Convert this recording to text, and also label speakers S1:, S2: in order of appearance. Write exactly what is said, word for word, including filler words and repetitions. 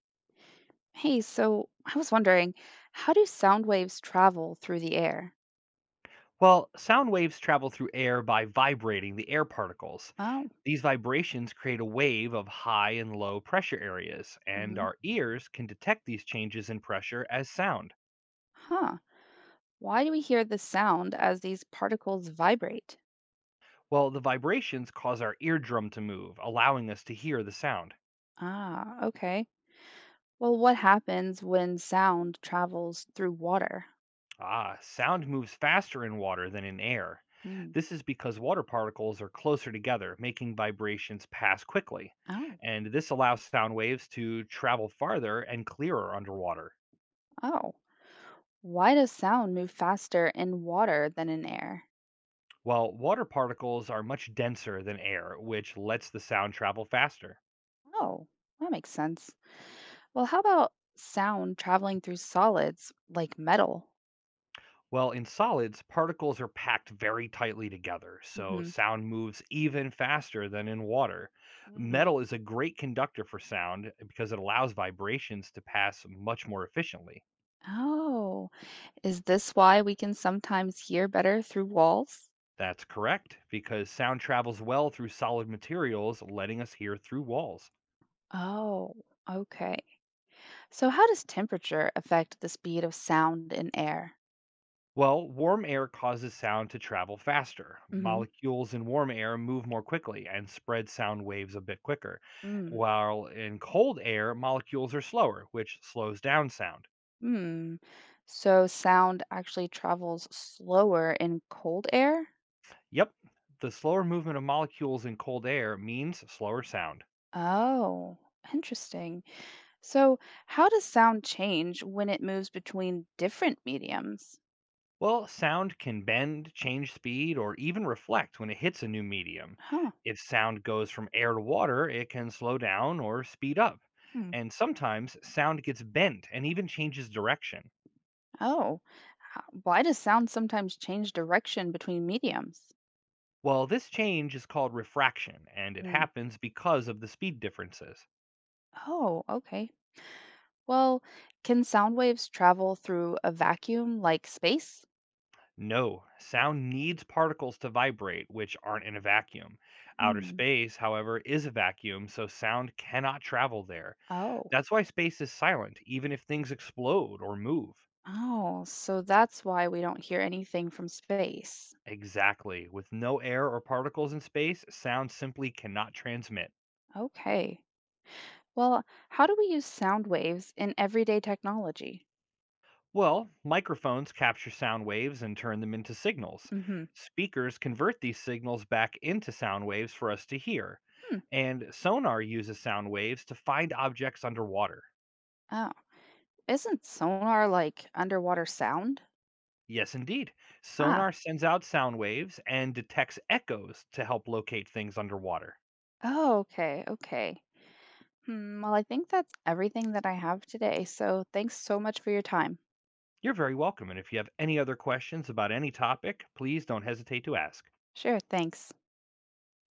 S1: Hey, so I was wondering, how do sound waves travel through the air?
S2: Well, sound waves travel through air by vibrating the air particles.
S1: Oh,
S2: These vibrations create a wave of high and low pressure areas, and
S1: hmm
S2: our ears can detect these changes in pressure as sound.
S1: huh. Why do we hear the sound as these particles vibrate?
S2: Well, the vibrations cause our eardrum to move, allowing us to hear the sound.
S1: Ah, okay. Well, what happens when sound travels through water?
S2: Ah, sound moves faster in water than in air.
S1: Mm.
S2: This is because water particles are closer together, making vibrations pass quickly.
S1: Oh,
S2: And this allows sound waves to travel farther and clearer underwater.
S1: oh. Why does sound move faster in water than in air?
S2: While water particles are much denser than air, which lets the sound travel faster.
S1: Oh, that makes sense. Well, how about sound traveling through solids like metal?
S2: Well, in solids, particles are packed very tightly together, so
S1: Mm-hmm.
S2: sound moves even faster than in water. Metal is a great conductor for sound eh, because it allows vibrations to pass much more efficiently.
S1: Oh, is this why we can sometimes hear better through walls?
S2: That's correct, because sound travels well through solid materials, letting us hear through walls.
S1: Oh, okay. So, how does temperature affect the speed of sound in air?
S2: Well, warm air causes sound to travel faster.
S1: Mm-hmm.
S2: Molecules in warm air move more quickly and spread sound waves a bit quicker,
S1: Mm.
S2: while in cold air, molecules are slower, which slows down sound.
S1: Hmm. So, sound actually travels slower in cold air?
S2: Yep, the slower movement of molecules in cold air means slower sound.
S1: Oh, interesting. So, how does sound change when it moves between different mediums?
S2: Well, sound can bend, change speed, or even reflect when it hits a new medium.
S1: Huh.
S2: If sound goes from air to water, it can slow down or speed up.
S1: Hmm.
S2: And sometimes sound gets bent and even changes direction.
S1: Oh, h- why does sound sometimes change direction between mediums?
S2: Well, this change is called refraction, and it happens because of the speed differences.
S1: Oh, okay. Well, can sound waves travel through a vacuum like space?
S2: No, sound needs particles to vibrate, which aren't in a vacuum. Outer
S1: Hmm.
S2: space, however, is a vacuum, so sound cannot travel there.
S1: Oh,
S2: That's why space is silent, even if things explode or move.
S1: oh, so that's why we don't hear anything from space.
S2: Exactly. With no air or particles in space, sound simply cannot transmit.
S1: Okay. Well, how do we use sound waves in everyday technology?
S2: Well, microphones capture sound waves and turn them into signals.
S1: Mm-hmm.
S2: Speakers convert these signals back into sound waves for us to hear.
S1: Hmm.
S2: And sonar uses sound waves to find objects underwater.
S1: Oh, isn't sonar like underwater sound?
S2: Yes, indeed.
S1: Ah.
S2: Sonar sends out sound waves and detects echoes to help locate things underwater.
S1: Oh, okay, okay. Hmm, well, I think that's everything that I have today, so thanks so much for your time.
S2: You're very welcome. And if you have any other questions about any topic, please don't hesitate to ask.
S1: Sure, thanks.